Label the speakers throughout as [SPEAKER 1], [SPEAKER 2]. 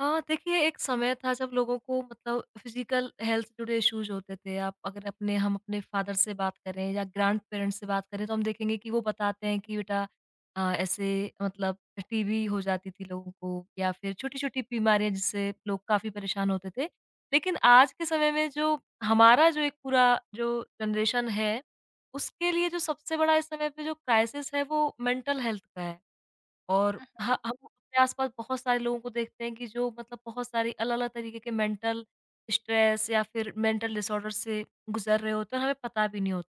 [SPEAKER 1] हाँ, देखिए एक समय था जब लोगों को मतलब फिज़िकल हेल्थ से जुड़े इश्यूज़ होते थे। आप अगर अपने फादर से बात करें या ग्रैंड पेरेंट्स से बात करें तो हम देखेंगे कि वो बताते हैं कि बेटा ऐसे मतलब टीबी हो जाती थी लोगों को या फिर छोटी-छोटी बीमारियाँ जिससे लोग काफ़ी परेशान होते थे। लेकिन आज के समय में जो हमारा जो एक पूरा जो जनरेशन है, उसके लिए जो सबसे बड़ा इस समय पे जो क्राइसिस है वो मेंटल हेल्थ का है। और
[SPEAKER 2] हुँ,
[SPEAKER 1] ह हम अपने आस-पास बहुत सारे लोगों को देखते हैं कि जो मतलब बहुत सारी अलग-अलग तरीके के मेंटल स्ट्रेस या फिर मेंटल डिसऑर्डर से गुज़र रहे होते हैं और हमें पता भी नहीं होता।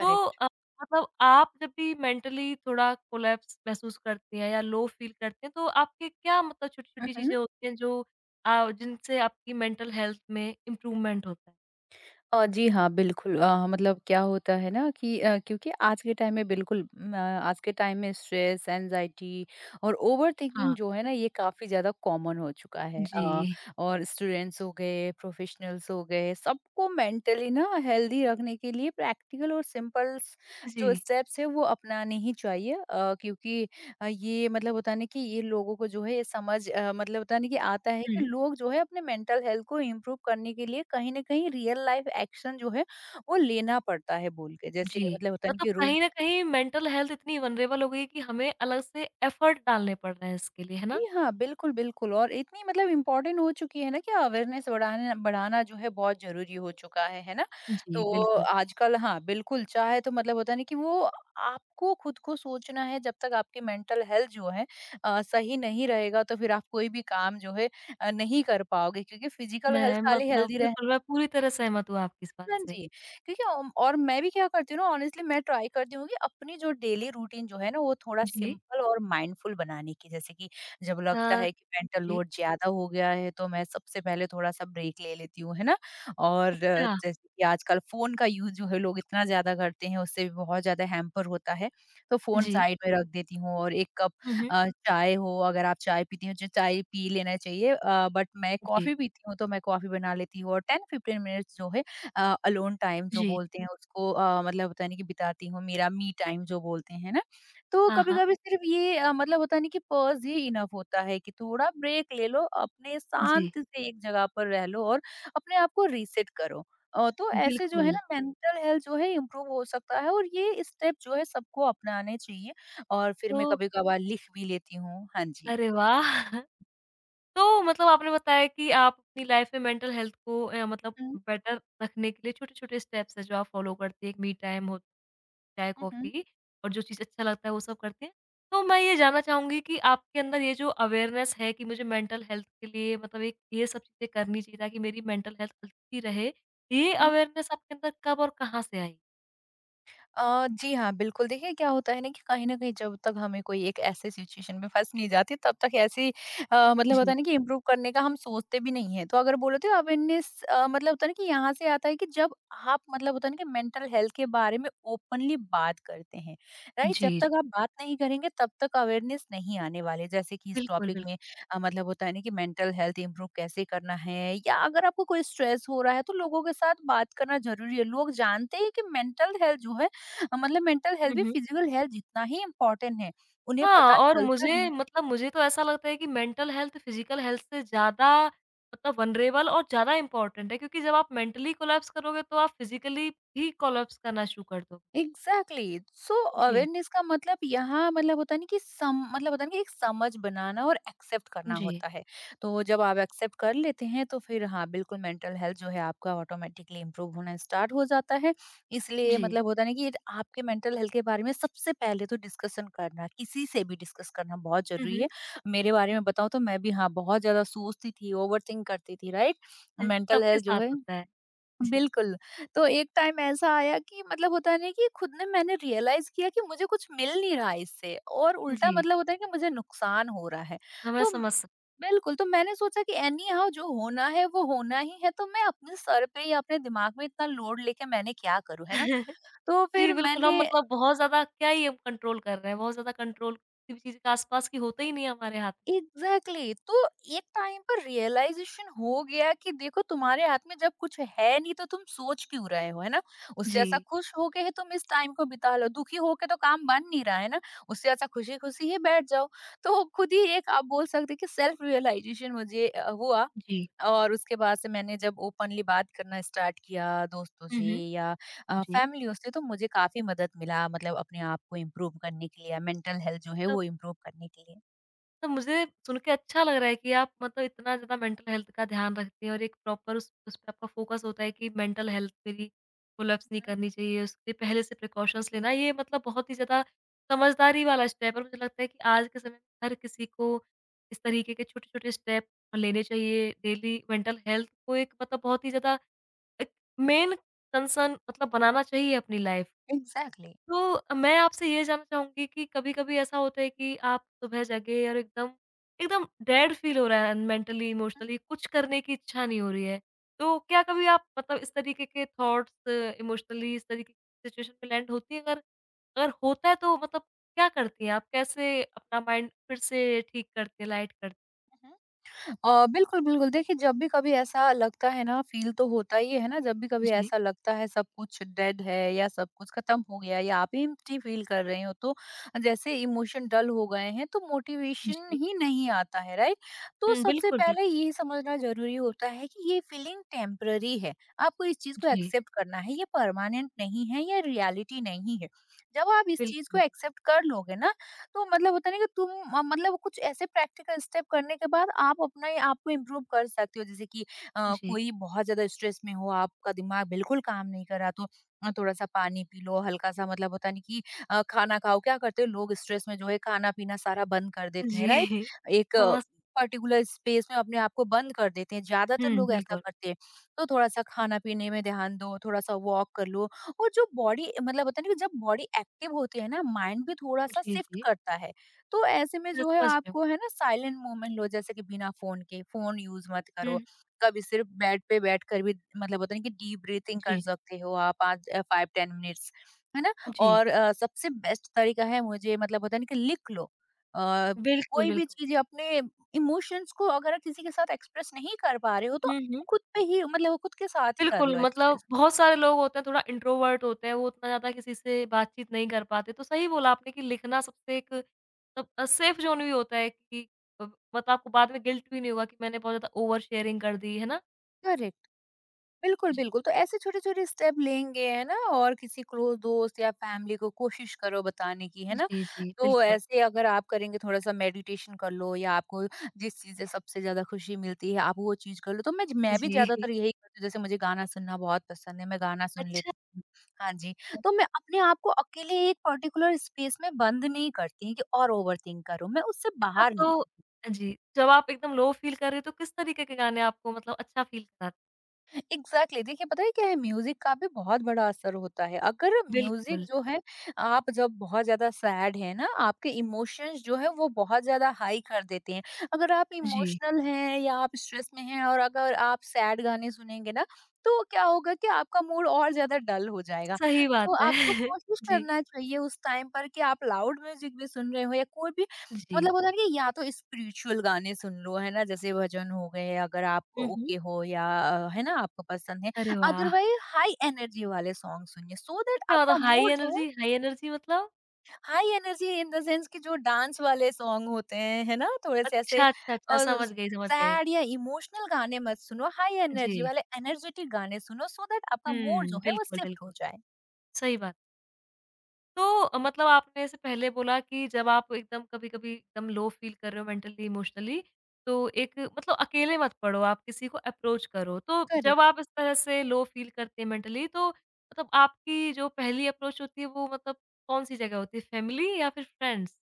[SPEAKER 1] तो मतलब आप जब भी मेंटली थोड़ा कोलैप्स महसूस करती हैं या लो फ़ील करती हैं तो आपके क्या मतलब
[SPEAKER 2] हुँ,
[SPEAKER 1] छोटी-छोटी
[SPEAKER 2] हुँ।
[SPEAKER 1] चीज़ें होती हैं जो जिनसे आपकी मेंटल हेल्थ में इम्प्रूवमेंट होता है?
[SPEAKER 2] जी हाँ, बिल्कुल मतलब क्या होता है ना कि क्योंकि आज के टाइम में बिल्कुल आज के टाइम में स्ट्रेस, एंग्ज़ायटी और
[SPEAKER 1] हाँ,
[SPEAKER 2] ओवरथिंकिंग जो है ना ये काफ़ी ज़्यादा कॉमन हो चुका है।
[SPEAKER 1] जी।
[SPEAKER 2] और स्टूडेंट्स हो गए, प्रोफ़ेशनल्स हो गए, सबको मेंटली ना हेल्दी रखने के लिए प्रैक्टिकल और सिंपल स
[SPEAKER 1] जी।
[SPEAKER 2] जो स्टेप्स हैं वो अपनाने ही चाहिए। क्योंकि ये मतलब होता है ना कि ये लोगों को जो है ये समझ मतलब होता है ना कि आता है
[SPEAKER 1] हुँ।
[SPEAKER 2] कि लोग जो है अपने मेंटल हेल्थ को इम्प्रूव करने के लिए कहीं न कहीं रियल लाइफ एक्शन जो है वो लेना पड़ता है बोल के। जैसे
[SPEAKER 1] जी,
[SPEAKER 2] मतलब होता है ना
[SPEAKER 1] मतलब
[SPEAKER 2] कि रूम
[SPEAKER 1] कहीं न कहीं मेंटल हेल्थ इतनी वल्नरेबल हो गई है कि हमें अलग से एफर्ट डालने पड़ रहे हैं इसके लिए, है ना?
[SPEAKER 2] जी हाँ, बिल्कुल, बिल्कुल और इतनी मतलब इम्पोर्टेंट हो चुकी है ना कि अवेयरनेस बढ़ाना बढ़ाना जो है बहुत ज़रूरी हो चुका है ना?
[SPEAKER 1] जी,
[SPEAKER 2] तो
[SPEAKER 1] बिल्कुल।
[SPEAKER 2] आजकल हाँ, बिल्कुल चाहे तो मतलब होता है ना कि वो आपको खुद को सोचना है जब तक आपकी मेंटल हेल्थ जो है सही नहीं रहेगा तो फिर आप कोई भी काम जो है नहीं कर पाओगे क्योंकि फिज़िकल हेल्थ
[SPEAKER 1] मैं
[SPEAKER 2] खाली
[SPEAKER 1] मतलब
[SPEAKER 2] हेल्दी रहना
[SPEAKER 1] बिल्कुल, मैं पूरी तरह सहमत हूँ आपकी इस बात
[SPEAKER 2] हाँ
[SPEAKER 1] से।
[SPEAKER 2] जी, क्योंकि ओम और मैं भी क्या करती हूँ ना ऑनेस्टली मैं ट्राई करती हूँ कि अपनी जो डेली रूटीन जो है ना वो थोड़ा
[SPEAKER 1] जी।
[SPEAKER 2] सिंपल और माइंडफुल बनाने की। जैसे कि जब
[SPEAKER 1] अ,
[SPEAKER 2] लगता है कि मेंटल
[SPEAKER 1] जी,
[SPEAKER 2] लोड ज़्यादा हो गया है तो मैं सबसे पहले थोड़ा-सा ब्रेक ले लेती हूँ, है ना? और
[SPEAKER 1] अच्छा,
[SPEAKER 2] जैसे कि आजकल फ़ोन का यूज़ जो है लोग इतना ज़्यादा करते हैं उससे भी बहुत ज़्यादा हैम्पर होता है। तो फ़ोन
[SPEAKER 1] जी,
[SPEAKER 2] साइड में रख देती हूँ और 1 कप
[SPEAKER 1] हुँ, हुँ,
[SPEAKER 2] चाय हो अगर आप चाय पीती हैं जो चाय पी लेना चाहिए बट मैं
[SPEAKER 1] जी,
[SPEAKER 2] कॉफ़ी पीती हूँ तो मैं कॉफ़ी बना लेती हूँ और 10-15 मिनट्स जो है अलोन टाइम जो
[SPEAKER 1] जी,
[SPEAKER 2] बोलते हैं उसको मतलब होता नहीं कि बिताती हूँ मेरा मी टाइम जो बोलते हैं ना तो
[SPEAKER 1] हाँ,
[SPEAKER 2] कभी
[SPEAKER 1] हाँ,
[SPEAKER 2] कभी सिर्फ ये मतलब होता नहीं कि पॉज ही इनफ होता है कि थोड़ा ब्रेक ले लो अपने
[SPEAKER 1] जी,
[SPEAKER 2] शांत से एक जगह पर रह लो और अपने आप को रीसेट करो। तो ऐसे जो है
[SPEAKER 1] बिल्कुल।
[SPEAKER 2] ना मेंटल हेल्थ जो है इम्प्रूव हो सकता है और ये स्टेप जो है सबको अपनाने चाहिए और फिर मैं
[SPEAKER 1] तो
[SPEAKER 2] कभी कभार लिख भी लेती हूँ हाँ जी।
[SPEAKER 1] अरे वाह! तो मतलब आपने बताया कि आप अपनी लाइफ में मेंटल हेल्थ को मतलब
[SPEAKER 2] हम्म।
[SPEAKER 1] बेटर रखने के लिए छोटे-छोटे स्टेप्स हैं जो आप फॉलो करती हैं। एक मी टाइम हो चाय,
[SPEAKER 2] हम्म।
[SPEAKER 1] कॉफ़ी और जो चीज़ अच्छा लगता है वो सब करते हैं। तो मैं ये जानना चाहूँगी कि आपके अंदर ये जो अवेयरनेस है कि मुझे मेंटल हेल्थ के लिए मतलब एक ये सब चीज़ें करनी चाहिए ताकि मेरी मेंटल हेल्थ अच्छी रहे। ये
[SPEAKER 2] हम्म।
[SPEAKER 1] अवेयरनेस आपके अंदर कब और कहाँ से आई?
[SPEAKER 2] जी हाँ, बिल्कुल। देखिए क्या होता है ना कि कहीं न कहीं जब तक हमें कोई एक ऐसे सिचुएशन में फँस नहीं जाते तब तक ऐसी मतलब होता
[SPEAKER 1] जी।
[SPEAKER 2] है ना कि इम्प्रूव करने का हम सोचते भी नहीं है। तो अगर बोलो तो अवेयरनेस मतलब होता है ना कि यहाँ से आता है कि जब आप मतलब होता है ना कि मेंटल हेल्थ के बारे में ओपनली बात करते हैं, राइट?
[SPEAKER 1] जी,
[SPEAKER 2] जब
[SPEAKER 1] जी।
[SPEAKER 2] तक आप बात नहीं करेंगे तब तक अवेयरनेस नहीं आने वाले। जैसे कि इस
[SPEAKER 1] बिल्कुल,
[SPEAKER 2] टॉपिक
[SPEAKER 1] बिल्कुल।
[SPEAKER 2] में मतलब होता है ना कि मेंटल हेल्थ इम्प्रूव कैसे करना है या अगर आपको कोई स्ट्रेस हो रहा है तो लोगों के साथ बात करना ज़रूरी है। लोग जानते हैं कि मेंटल हेल्थ जो है मतलब मेंटल
[SPEAKER 1] हुँ,
[SPEAKER 2] हेल्थ भी
[SPEAKER 1] हुँ।
[SPEAKER 2] फिजिकल हेल्थ जितना ही इम्पोर्टेंट है, उन्हें
[SPEAKER 1] हाँ,
[SPEAKER 2] पता
[SPEAKER 1] और
[SPEAKER 2] चलता
[SPEAKER 1] मुझे
[SPEAKER 2] है।
[SPEAKER 1] मतलब मुझे तो ऐसा लगता है कि मेंटल हेल्थ फिज़िकल हेल्थ से ज़्यादा मतलब वल्नरेबल और ज़्यादा इम्पोर्टेंट है क्योंकि जब आप मेंटली कोलैप्स करोगे तो आप फिज़िकली भी कोलैप्स करना शुरू कर दोगे।
[SPEAKER 2] एग्जैक्टली। सो
[SPEAKER 1] जी,
[SPEAKER 2] अवेयरनेस का मतलब यहाँ मतलब होता नहीं कि सम मतलब होता नहीं कि एक समझ बनाना और एक्सेप्ट करना
[SPEAKER 1] जी,
[SPEAKER 2] होता है। तो जब आप एक्सेप्ट कर लेते हैं तो फिर हाँ बिल्कुल मेंटल हेल्थ जो है आपका ऑटोमेटिकली इम्प्रूव होना स्टार्ट हो जाता है। इसलिए
[SPEAKER 1] जी।
[SPEAKER 2] मतलब होता नहीं कि ये आपके मेंटल हेल्थ के बारे में सबसे पहले तो डिस्कशन करना किसी से भी डिस्कस करना बहुत
[SPEAKER 1] हुँ,
[SPEAKER 2] जरूरी
[SPEAKER 1] हुँ।
[SPEAKER 2] है। मेरे बारे में बताऊँ तो मैं भी हाँ बहुत ज्यादा सोचती थी ओवर थिंक करती थी राइट।
[SPEAKER 1] जी,
[SPEAKER 2] मेंटल
[SPEAKER 1] सबके
[SPEAKER 2] हेल्थ जो
[SPEAKER 1] साथ
[SPEAKER 2] है
[SPEAKER 1] होता है। जी,
[SPEAKER 2] बिल्कुल, तो एक टाइम ऐसा आया कि मतलब होता है ना कि खुद ने मैंने रियलाइज़ किया कि मुझे कुछ मिल नहीं रहा है इससे और उल्टा
[SPEAKER 1] जी,
[SPEAKER 2] मतलब होता है कि मुझे नुकसान हो रहा है।
[SPEAKER 1] हाँ, मैं
[SPEAKER 2] तो म-
[SPEAKER 1] समझ सक
[SPEAKER 2] बिल्कुल, तो मैंने सोचा कि एनी हाउ जो होना है वो होना ही है, तो मैं अपने सर पे या अपने दिमाग में इतना लोड लेके मैंने क्या करूँ, है ना? तो
[SPEAKER 1] जी,
[SPEAKER 2] फिर
[SPEAKER 1] बिल्कुल हम
[SPEAKER 2] मैंने
[SPEAKER 1] मतलब बहुत ज़्यादा क्या ही हम कंट्रोल कर रहे हैं, बहुत ज़्यादा कंट्रोल किसी भी चीज़ के आस-पास की होता ही नहीं है हमारे हाथ।
[SPEAKER 2] Exactly exactly। तो एक टाइम पर रियलाइजेशन हो गया कि देखो तुम्हारे हाथ में जब कुछ है नहीं तो तुम सोच क्यों रहे हो है ना उससे ऐसा
[SPEAKER 1] जी,
[SPEAKER 2] खुश होके ही तुम इस टाइम को बिता लो दुखी होके तो काम बन नहीं रहा है ना उससे ऐसा खुशी खुशी ही बैठ जाओ। तो खुद ही एक आप बोल सकते हैं कि सेल्फ रियलाइजेशन मुझे हुआ
[SPEAKER 1] जी।
[SPEAKER 2] और उसके बाद से मैंने जब ओपनली बात करना स्टार्ट किया दोस्तों
[SPEAKER 1] हुँ,
[SPEAKER 2] से
[SPEAKER 1] हुँ।
[SPEAKER 2] या
[SPEAKER 1] जी।
[SPEAKER 2] फैमिलियों से तो मुझे काफी मदद मिला मतलब अपने आप को इम्प्रूव करने के लिए मेंटल हेल्थ जो है वो इम्प्रूव करने के लिए
[SPEAKER 1] तो मुझे सुन के अच्छा लग रहा है कि आप मतलब इतना ज़्यादा मेंटल हेल्थ का ध्यान रखती हैं और एक प्रॉपर उस पे आपका फ़ोकस होता है कि मेंटल हेल्थ मेरी कोलैप्स नहीं करनी चाहिए, उसके लिए पहले से प्रिकॉशंस लेना, ये मतलब बहुत ही ज़्यादा समझदारी वाला स्टेप है और मुझे लगता है कि आज के समय में हर किसी को इस तरीके के छोटे-छोटे स्टेप लेने चाहिए। डेली मेंटल हेल्थ को एक मतलब बहुत ही ज़्यादा एक मेन कंसर्न मतलब बनाना चाहिए अपनी लाइफ़
[SPEAKER 2] एग्जैक्टली।
[SPEAKER 1] तो मैं आपसे ये जानना चाहूँगी कि कभी-कभी ऐसा होता है कि आप सुबह जगे और एकदम एकदम डेड फ़ील हो रहा है मेंटली,
[SPEAKER 2] हुँ,
[SPEAKER 1] इमोशनली कुछ करने की इच्छा नहीं हो रही है। तो क्या कभी आप मतलब इस तरीके के थॉट्स इमोशनली इस तरीके की सिचुएशन में लैंड होती है? अगर अगर होता है तो मतलब क्या करती हैं आप? कैसे अपना माइंड फिर से ठीक करती हैं, लाइट करती हैं?
[SPEAKER 2] हुँ। बिल्कुल, बिल्कुल। देखिए, जब भी कभी ऐसा लगता है ना फ़ील तो होता ही है ना, जब भी कभी
[SPEAKER 1] जी,
[SPEAKER 2] ऐसा लगता है सब कुछ डेड है या सब कुछ ख़त्म हो गया या आप एम्प्टी फ़ील कर रहे हो, तो जैसे इमोशन डल हो गए हैं, तो मोटिवेशन
[SPEAKER 1] जी।
[SPEAKER 2] ही नहीं आता है, राइट? तो
[SPEAKER 1] हुँ,
[SPEAKER 2] सबसे
[SPEAKER 1] बिल्कुल, बिल्कुल।
[SPEAKER 2] पहले ये समझना ज़रूरी होता है कि ये फ़ीलिंग टेम्परेरी है। आपको इस चीज़ को
[SPEAKER 1] जी,
[SPEAKER 2] एक्सेप्ट करना है, ये परमानेंट नहीं है, ये रियलिटी नहीं है। जब आप इस चीज़ को
[SPEAKER 1] बिल्कुल।
[SPEAKER 2] एक्सेप्ट कर लोगे ना, तो मतलब होता नहीं कि तुम मतलब कुछ ऐसे प्रैक्टिकल स्टेप करने के बाद आप अपने आप को इम्प्रूव कर सकते हो जैसे कि
[SPEAKER 1] जी,
[SPEAKER 2] कोई बहुत ज्यादा स्ट्रेस में हो आपका दिमाग बिल्कुल काम नहीं कर रहा तो थोड़ा सा पानी पी लो हल्का सा मतलब होता नहीं कि खाना खाओ क्या करते हैं लोग स्ट्रेस में जो है खाना पीना सारा बंद कर देते हैं
[SPEAKER 1] जी।
[SPEAKER 2] राइट। एक
[SPEAKER 1] समझ
[SPEAKER 2] पर्टिकुलर स्पेस में अपने आप को बंद कर देते हैं ज्यादातर
[SPEAKER 1] हुँ,
[SPEAKER 2] लोग ऐसा
[SPEAKER 1] बिल्कुल।
[SPEAKER 2] करते हैं। तो थोड़ा सा खाना पीने में ध्यान दो थोड़ा सा वॉक कर लो और जो बॉडी मतलब होता है ना कि जब बॉडी एक्टिव होती है ना माइंड भी थोड़ा सा
[SPEAKER 1] जी,
[SPEAKER 2] शिफ्ट
[SPEAKER 1] जी।
[SPEAKER 2] करता है। तो ऐसे में
[SPEAKER 1] मैं
[SPEAKER 2] जो है
[SPEAKER 1] समझ रही हूँ।
[SPEAKER 2] आपको है ना साइलेंट मूवमेंट लो जैसे कि बिना फोन के फोन यूज मत
[SPEAKER 1] हुँ,
[SPEAKER 2] करो। कभी सिर्फ बेड पे बैठ कर भी मतलब होता है ना कि डीप ब्रीथिंग कर
[SPEAKER 1] जी,
[SPEAKER 2] सकते हो आप आज 5-10 मिनट्स, है ना?
[SPEAKER 1] जी।
[SPEAKER 2] और सबसे बेस्ट तरीका है मुझे मतलब होता है ना कि लिख लो। अ,
[SPEAKER 1] बिल्कुल,
[SPEAKER 2] कोई भी
[SPEAKER 1] बिल्कुल।
[SPEAKER 2] चीज अपने इमोशंस को अगर आप किसी के साथ एक्सप्रेस नहीं कर पा रहे हो तो
[SPEAKER 1] हुँ, हुँ।
[SPEAKER 2] खुद पे ही मतलब खुद के साथ ही कर
[SPEAKER 1] बिल्कुल,
[SPEAKER 2] लो
[SPEAKER 1] मतलब
[SPEAKER 2] एक्सप्रेस।
[SPEAKER 1] बहुत सारे लोग होते हैं थोड़ा इंट्रोवर्ट होते हैं, वो उतना ज़्यादा किसी से बातचीत नहीं कर पाते। तो सही बोला आपने कि लिखना सबसे एक मतलब सेफ ज़ोन भी होता है कि मतलब आपको बाद में गिल्ट भी नहीं होगा कि मैंने बहुत ज़्यादा ओवर शेयरिंग कर दी, है ना?
[SPEAKER 2] करेक्ट। बिल्कुल,
[SPEAKER 1] जी।
[SPEAKER 2] बिल्कुल। तो ऐसे छोटे-छोटे स्टेप लेंगे, है ना? और किसी क्लोज़ दोस्त या फैमिली को कोशिश करो बताने की, है ना?
[SPEAKER 1] जी, जी,
[SPEAKER 2] तो
[SPEAKER 1] बिल्कुल।
[SPEAKER 2] ऐसे अगर आप करेंगे थोड़ा-सा मेडिटेशन कर लो या आपको जिस चीज़ से सबसे ज़्यादा खुशी मिलती है, आप वो चीज़ कर लो। तो मैं ज मैं भी
[SPEAKER 1] जी।
[SPEAKER 2] ज़्यादातर यही करती हूँ, जैसे मुझे गाना सुनना बहुत पसंद है, मैं गाना सुन
[SPEAKER 1] अच्छा,
[SPEAKER 2] लेती हूँ। हाँ जी। तो मैं अपने आप को अकेले एक पर्टिकुलर स्पेस में बंद नहीं करती कि और ओवरथिंक करो, मैं उससे
[SPEAKER 1] अच्छा
[SPEAKER 2] बाहर निक
[SPEAKER 1] तो जी, जब आप एकदम लो फील कर रहे हो तो किस तरीके के गाने आपको मतलब अच्छा फील कराते हैं?
[SPEAKER 2] Exactly exactly। देखिए पता है क्या है म्यूजिक का भी बहुत बड़ा असर होता है अगर म्यूजिक
[SPEAKER 1] बिल्कुल,
[SPEAKER 2] जो है आप जब बहुत ज्यादा सैड है ना आपके इमोशंस जो है वो बहुत ज्यादा हाई कर देते हैं। अगर आप
[SPEAKER 1] जी।
[SPEAKER 2] इमोशनल हैं या आप स्ट्रेस में हैं और अगर आप सैड गाने सुनेंगे ना तो क्या होगा कि आपका मूड और ज्यादा डल हो जाएगा।
[SPEAKER 1] सही बात
[SPEAKER 2] तो
[SPEAKER 1] है।
[SPEAKER 2] आपको कोशिश
[SPEAKER 1] जी,
[SPEAKER 2] करना चाहिए उस टाइम पर कि आप लाउड म्यूजिक भी सुन रहे हो या कोई भी
[SPEAKER 1] जी।
[SPEAKER 2] मतलब होता है ना कि या तो स्पिरिचुअल गाने सुन लो, है ना? जैसे भजन हो गए अगर आप
[SPEAKER 1] हुँ, हुँ।
[SPEAKER 2] ओके हो या है ना आपको पसंद है।
[SPEAKER 1] अरे वाह!
[SPEAKER 2] अदरवाइज़ हाई एनर्जी वाले सॉन्ग सुनिए सो दैट
[SPEAKER 1] अच्छा मतलब
[SPEAKER 2] आपका
[SPEAKER 1] हाई
[SPEAKER 2] मूड जो है
[SPEAKER 1] एनर्जी हाई एनर्जी मतलब?
[SPEAKER 2] High energy in the sense कि जो डांस वाले सॉन्ग होते हैं, है ना? थोड़े से ऐसे
[SPEAKER 1] अच्छा, अच्छा, अच्छा
[SPEAKER 2] अ,
[SPEAKER 1] समझ गई, समझ गई।
[SPEAKER 2] सैड या इमोशनल गाने मत सुनो, हाई
[SPEAKER 1] जी।
[SPEAKER 2] एनर्जी वाले एनर्जेटिक गाने सुनो सो दैट आपका मूड
[SPEAKER 1] हुँ,
[SPEAKER 2] जो है वो
[SPEAKER 1] बिल्कुल,
[SPEAKER 2] शिफ्ट हो
[SPEAKER 1] बिल्कुल,
[SPEAKER 2] जाए।
[SPEAKER 1] सही बात। तो मतलब आपने जैसे पहले बोला कि जब आप एकदम कभी-कभी एकदम लो फ़ील कर रहे हो मेंटली, इमोशनली तो एक मतलब अकेले मत पड़ो, आप किसी को अप्रोच करो। तो जब
[SPEAKER 2] करेक्ट।
[SPEAKER 1] आप इस तरह से लो फ़ील करते हैं मेंटली तो मतलब आपकी जो पहली अप्रोच होती है वो मतलब कौन-सी जगह होती है, फैमिली या फिर फ्रेंड्स?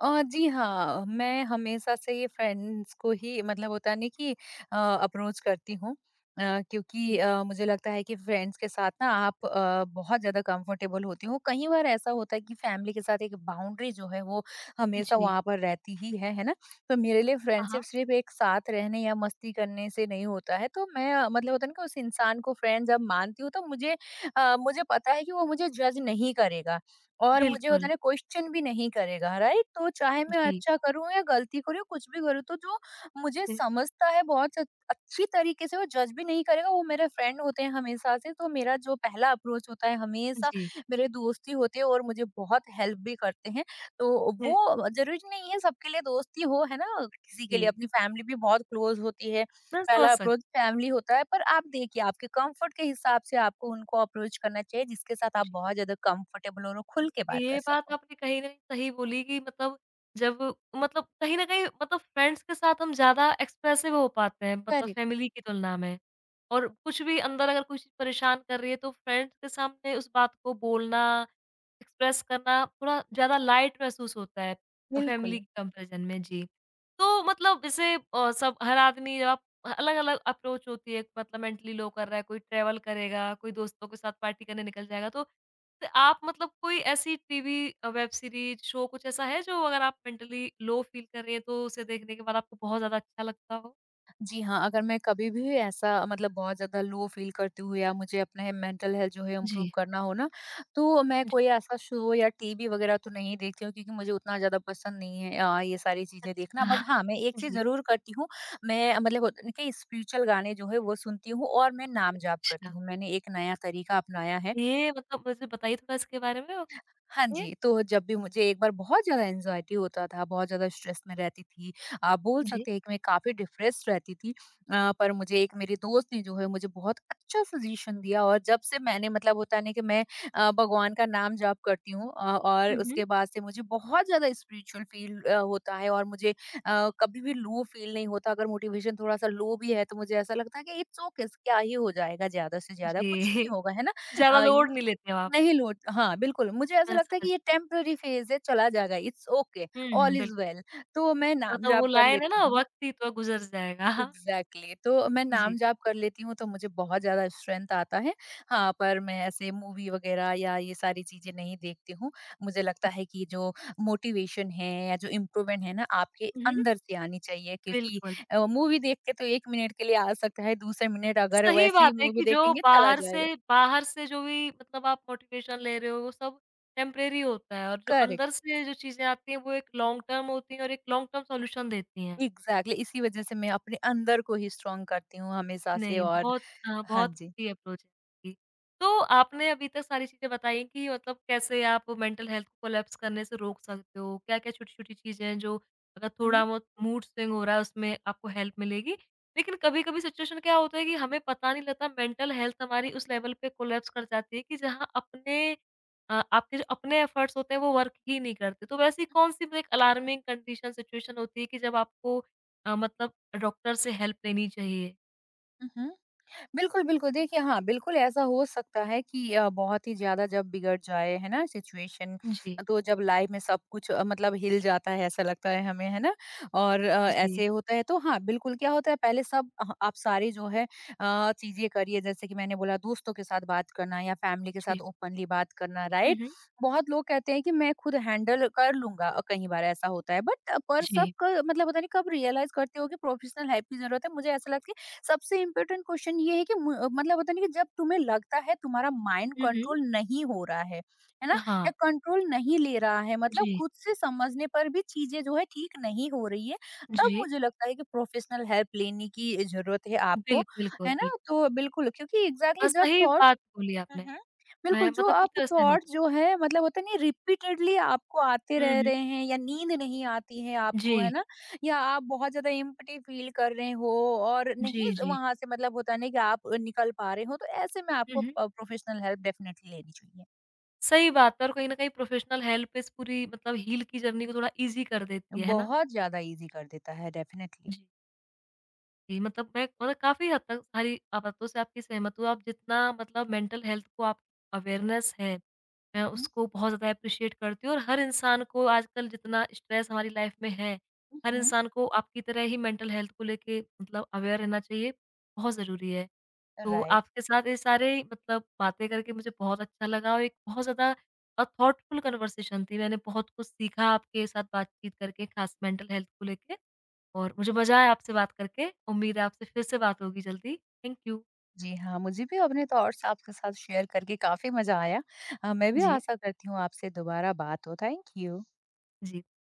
[SPEAKER 2] जी हाँ, मैं हमेशा से ये फ्रेंड्स को ही मतलब होता नहीं कि अप्रोच करती हूँ। अ, क्योंकि
[SPEAKER 1] जी,
[SPEAKER 2] मुझे लगता है कि फ्रेंड्स के साथ ना आप बहुत ज़्यादा कंफर्टेबल होती हो। कई बार ऐसा होता है कि फैमिली के साथ एक बाउंड्री जो है वो हमेशा
[SPEAKER 1] जी।
[SPEAKER 2] वहाँ पर रहती ही है ना? तो मेरे लिए
[SPEAKER 1] हाँ, हाँ।
[SPEAKER 2] फ्रेंडशिप सिर्फ़ एक साथ रहने या मस्ती करने से नहीं होता है। तो मैं मतलब होता है ना कि उस इंसान को फ्रेंड जब मानती हूँ तो मुझे पता है कि वो मुझे जज नहीं करेगा। और मुझे होता है
[SPEAKER 1] बिल्कुल,
[SPEAKER 2] ना क्वेश्चन भी नहीं करेगा, राइट। तो चाहे मैं
[SPEAKER 1] जी।
[SPEAKER 2] अच्छा करूँ या गलती करूँ या कुछ भी करूँ, तो जो मुझे समझता है अच्छी तरीके से, वो जज भी नहीं करेगा। वो मेरे फ्रेंड होते हैं हमेशा से, तो मेरा जो पहला अप्रोच होता है, हमेशा
[SPEAKER 1] जी।
[SPEAKER 2] मेरे दोस्ती होते हैं और मुझे बहुत हेल्प भी करते हैं। तो
[SPEAKER 1] हुँ,
[SPEAKER 2] वो जरूरी नहीं है सबके लिए दोस्ती हो, है ना? किसी के
[SPEAKER 1] जी।
[SPEAKER 2] लिए अपनी फैमिली भी बहुत क्लोज होती है,
[SPEAKER 1] मैं समझ
[SPEAKER 2] पहला
[SPEAKER 1] सकती
[SPEAKER 2] अप्रोच फैमिली होता है। पर आप देखिए, आपके कंफर्ट के हिसाब से आपको उनको अप्रोच करना चाहिए जिसके साथ आप
[SPEAKER 1] जी।
[SPEAKER 2] बहुत ज्यादा कंफर्टेबल और
[SPEAKER 1] हूँ।
[SPEAKER 2] खुल के
[SPEAKER 1] जी
[SPEAKER 2] बात कर
[SPEAKER 1] ये बात
[SPEAKER 2] सको।
[SPEAKER 1] आपने कहीं न कहीं सही बोली कि मतलब जब मतलब कहीं न कहीं मतलब फ्रेंड्स के साथ हम ज़्यादा एक्सप्रेसिव हो पाते हैं मतलब
[SPEAKER 2] करेक्ट।
[SPEAKER 1] फैमिली की तुलना में। और कुछ भी अंदर अगर कोई चीज़ परेशान कर रही है तो फ्रेंड्स के सामने उस बात को बोलना एक्सप्रेस करना थोड़ा ज़्यादा लाइट महसूस होता है
[SPEAKER 2] बिल्कुल।
[SPEAKER 1] फैमिली के कंपैरिज़न में। जी, तो मतलब जैसे सब हर आदमी जब आप अलग-अलग अप्रोच होती है, मतलब मेंटली लो कर रहा है, कोई ट्रैवल करेगा, कोई दोस्तों के साथ पार्टी करने निकल जाएगा। तो आप मतलब कोई ऐसी टीवी वेब सीरीज़, शो कुछ ऐसा है जो अगर आप मेंटली लो फ़ील कर रही हैं, तो उसे देखने के बाद आपको बहुत ज़्यादा अच्छा लगता हो?
[SPEAKER 2] जी हाँ, अगर मैं कभी भी ऐसा मतलब बहुत ज़्यादा लो फ़ील करती हूँ या मुझे अपने मेंटल हेल्थ जो है इम्प्रूव
[SPEAKER 1] जी।
[SPEAKER 2] करना हो ना, तो मैं
[SPEAKER 1] जी,
[SPEAKER 2] कोई ऐसा शो या टीवी वग़ैरह तो नहीं देखती हूँ, क्योंकि मुझे उतना ज़्यादा पसंद नहीं है ये सारी चीज़ें देखना।
[SPEAKER 1] अच्छा।
[SPEAKER 2] बट हाँ, मैं एक चीज़
[SPEAKER 1] जी,
[SPEAKER 2] ज़रूर करती हूँ, मैं मतलब होता है ना कि स्पिरिचुअल गाने जो है वो सुनती हूँ और मैं नाम जाप
[SPEAKER 1] अच्छा।
[SPEAKER 2] करती हूँ। मैंने एक नया तरीका अपनाया है।
[SPEAKER 1] ये मतलब मुझे बताइए थोड़ा इसके बारे में?
[SPEAKER 2] हाँ
[SPEAKER 1] ओके।
[SPEAKER 2] जी, तो जब भी मुझे एक बार बहुत ज़्यादा एंग्ज़ायटी होता था, बहुत ज़्यादा स्ट्रेस में रहती थी। आप बोल
[SPEAKER 1] जी।
[SPEAKER 2] सकते हैं कि मैं काफ़ी डिप्रेस्ड रहती थी। पर मुझे एक मेरी दोस्त ने जो है मुझे बहुत अच्छा सजेशन दिया और जब से मैंने मतलब होता है ना कि मैं भगवान का नाम जाप करती हूँ, और
[SPEAKER 1] हुँ, हुँ।
[SPEAKER 2] उसके बाद से मुझे बहुत ज़्यादा स्पिरिचुअल फील होता है और मुझे कभी भी लो फील नहीं होता। अगर मोटिवेशन थोड़ा-सा लो भी है तो मुझे ऐसा लगता है कि इट्स ओके, क्या ही हो जाएगा ज़्यादा से ज़्यादा, कुछ नहीं
[SPEAKER 1] जी।
[SPEAKER 2] होगा, है ना?
[SPEAKER 1] ज़्यादा
[SPEAKER 2] अ
[SPEAKER 1] लोड नहीं लेते हो आप।
[SPEAKER 2] नहीं लौट हाँ, बिल्कुल, मुझे ऐसा
[SPEAKER 1] मैं
[SPEAKER 2] लगता है
[SPEAKER 1] समझ
[SPEAKER 2] कि ये टेम्परेरी फ़ेज़ है, चला जाएगा, इट्स ओके,
[SPEAKER 1] हुँ, हुँ,
[SPEAKER 2] ऑल
[SPEAKER 1] बिल्कुल।
[SPEAKER 2] Is well. तो मैं
[SPEAKER 1] मतलब वो
[SPEAKER 2] नाम-जाप कर
[SPEAKER 1] लाइन है
[SPEAKER 2] लेती
[SPEAKER 1] ना
[SPEAKER 2] हूँ।
[SPEAKER 1] वक़्त ही तो गुज़र जाएगा। हाँ,
[SPEAKER 2] एग्ज़ैक्टली, तो मैं
[SPEAKER 1] जी।
[SPEAKER 2] नाम-जाप कर लेती हूँ, तो मुझे बहुत ज़्यादा स्ट्रेंथ आता है। हाँ, पर मैं ऐसे मूवी वग़ैरह या ये सारी चीज़ें नहीं देखती हूँ। मुझे लगता है कि जो मोटिवेशन है या जो इम्प्रूवमेंट है ना, आपके
[SPEAKER 1] हुँ, हुँ,
[SPEAKER 2] अंदर से आनी चाहिए, क्योंकि
[SPEAKER 1] बिल्कुल।
[SPEAKER 2] मूवी देख के तो 1 मिनट के लिए आ सकता है, दूसरे मिनट अगर
[SPEAKER 1] सही
[SPEAKER 2] वैसे ही
[SPEAKER 1] बात है
[SPEAKER 2] मूवी
[SPEAKER 1] कि जो
[SPEAKER 2] देखेंगे, चला
[SPEAKER 1] बाहर से
[SPEAKER 2] जाएगा।
[SPEAKER 1] बाहर से जो भी मतलब आप मोटिवेशन ले रहे हो वो सब टेम्परेरी होता है और जो
[SPEAKER 2] करेक्ट।
[SPEAKER 1] अंदर से जो चीज़ें आती हैं वो एक लॉन्ग टर्म होती हैं और एक लॉन्ग टर्म सॉल्यूशन देती हैं।
[SPEAKER 2] एग्ज़ैक्टली इसी वज़ह से मैं अपने अंदर को ही स्ट्रॉन्ग करती हूँ हमेशा से
[SPEAKER 1] नहीं,
[SPEAKER 2] और
[SPEAKER 1] बहुत
[SPEAKER 2] हाँ
[SPEAKER 1] बहुत
[SPEAKER 2] जी।
[SPEAKER 1] अच्छी अप्रोच है आपकी। तो आपने अभी तक सारी चीज़ें बताई कि मतलब कैसे आप मेंटल हेल्थ को कोलैप्स करने से रोक सकते हो, क्या-क्या छोटी-छोटी चीज़ें हैं जो अगर
[SPEAKER 2] हुँ,
[SPEAKER 1] थोड़ा बहुत मूड स्विंग हो रहा है उसमें आपको हेल्प मिलेगी। लेकिन कभी-कभी सिचुएशन क्या होता है कि हमें पता नहीं लगता मेंटल हेल्थ हमारी उस लेवल पे कोलैप्स कर जाती है कि जहाँ अपने आपके जो अपने एफर्ट्स होते हैं वो वर्क ही नहीं करते। तो वैसी कौन-सी ब्रेक अलार्मिंग कंडीशन सिचुएशन होती है कि जब आपको मतलब डॉक्टर से हेल्प लेनी चाहिए?
[SPEAKER 2] हुँ। बिल्कुल, बिल्कुल। देखिए हाँ, बिल्कुल ऐसा हो सकता है कि बहुत ही ज़्यादा जब बिगड़ जाए, है ना, सिचुएशन,
[SPEAKER 1] जी।
[SPEAKER 2] तो जब लाइफ में सब कुछ मतलब हिल जाता है ऐसा लगता है हमें, है ना? और
[SPEAKER 1] जी,
[SPEAKER 2] ऐसे होता है तो हाँ, बिल्कुल, क्या होता है पहले सब आप सारी जो है चीज़ें करिए जैसे कि मैंने बोला, दोस्तों के साथ बात करना या फैमिली के साथ
[SPEAKER 1] जी।
[SPEAKER 2] ओपनली बात करना,
[SPEAKER 1] हुँ,
[SPEAKER 2] राइट?
[SPEAKER 1] हुँ।
[SPEAKER 2] बहुत लोग कहते हैं कि मैं खुद हैंडल कर लूँगा, कई बार ऐसा होता है, बट पर सब
[SPEAKER 1] जी।
[SPEAKER 2] क मतलब पता नहीं कब रियलाइज़ करते हो कि प्रोफेशनल हेल्प की ज़रूरत है। मुझे ऐसा लगता है सबसे इम्पोर्टेंट क्वेश्चन ये है कि मतलब होता नहीं कि जब तुम्हें लगता है तुम्हारा माइंड
[SPEAKER 1] हुँ, हुँ।
[SPEAKER 2] कंट्रोल नहीं हो रहा है ना, या
[SPEAKER 1] हाँ।
[SPEAKER 2] कंट्रोल नहीं ले रहा है, मतलब
[SPEAKER 1] जी,
[SPEAKER 2] खुद से समझने पर भी चीजें जो है ठीक नहीं हो रही है, तब
[SPEAKER 1] जी।
[SPEAKER 2] मुझे लगता है कि प्रोफेशनल हेल्प लेने की जरूरत है आपको,
[SPEAKER 1] बिल्कुल,
[SPEAKER 2] है
[SPEAKER 1] बिल्कुल।
[SPEAKER 2] ना? तो बिल्कुल, क्योंकि एग्जैक्टली exactly जब
[SPEAKER 1] सही
[SPEAKER 2] थॉट,
[SPEAKER 1] बात बोली
[SPEAKER 2] हुँ,
[SPEAKER 1] आपने।
[SPEAKER 2] हुँ।
[SPEAKER 1] मैं
[SPEAKER 2] बिल्कुल, जो
[SPEAKER 1] मतलब पूरी
[SPEAKER 2] आप
[SPEAKER 1] तरह सहमत
[SPEAKER 2] थॉट जो है मतलब होता नहीं रिपीटेडली आपको आते
[SPEAKER 1] हुँ, हुँ।
[SPEAKER 2] रह
[SPEAKER 1] हूँ।
[SPEAKER 2] रहे हैं या नींद नहीं आती है आपको, है
[SPEAKER 1] जी,
[SPEAKER 2] ना? या आप बहुत ज़्यादा एम्प्टी फ़ील कर रहे हो और नहीं
[SPEAKER 1] जी,
[SPEAKER 2] ज़
[SPEAKER 1] जी।
[SPEAKER 2] वहाँ से मतलब होता नहीं कि आप निकल पा रहे हो, तो ऐसे में
[SPEAKER 1] हुँ,
[SPEAKER 2] आपको
[SPEAKER 1] हुँ।
[SPEAKER 2] प्रोफ़ेशनल हेल्प डेफ़िनेटली लेनी चाहिए।
[SPEAKER 1] सही बात है और कहीं न कहीं प्रोफ़ेशनल हेल्प इस पूरी मतलब हील की जर्नी को थोड़ा ईज़ी कर देती है ना?
[SPEAKER 2] बहुत ज़्यादा ईज़ी कर देता है
[SPEAKER 1] जी।
[SPEAKER 2] डेफ़िनेटली।
[SPEAKER 1] जी, मतलब मैं काफ़ी हद तक सारी बातों से आपकी सहमत हूँ। आप जितना मतलब मेंटल हेल्थ को आप अवेयरनेस है, मैं
[SPEAKER 2] हुँ,
[SPEAKER 1] उसको बहुत ज़्यादा एप्रिशिएट करती हूँ और हर इंसान को आजकल जितना स्ट्रेस हमारी लाइफ में है,
[SPEAKER 2] हुँ,
[SPEAKER 1] हर
[SPEAKER 2] हुँ,
[SPEAKER 1] इंसान को आपकी तरह ही मेंटल हेल्थ को लेके मतलब अवेयर रहना चाहिए, बहुत ज़रूरी है। तो
[SPEAKER 2] राइट।
[SPEAKER 1] आपके साथ ये सारे मतलब बातें करके मुझे बहुत अच्छा लगा और एक बहुत ज़्यादा थॉटफुल कन्वर्सेशन थी। मैंने बहुत कुछ सीखा आपके साथ बातचीत करके, खास मेंटल हेल्थ को लेके। और मुझे मज़ा आया आपसे बात करके। उम्मीद है आपसे फिर से बात होगी जल्दी। Thank you.
[SPEAKER 2] जी हाँ, मुझे भी अपने थॉट्स आपके साथ शेयर करके काफ़ी मज़ा आया। मैं भी
[SPEAKER 1] जी,
[SPEAKER 2] आशा करती हूँ आपसे दोबारा बात हो। Thank you.
[SPEAKER 1] जी।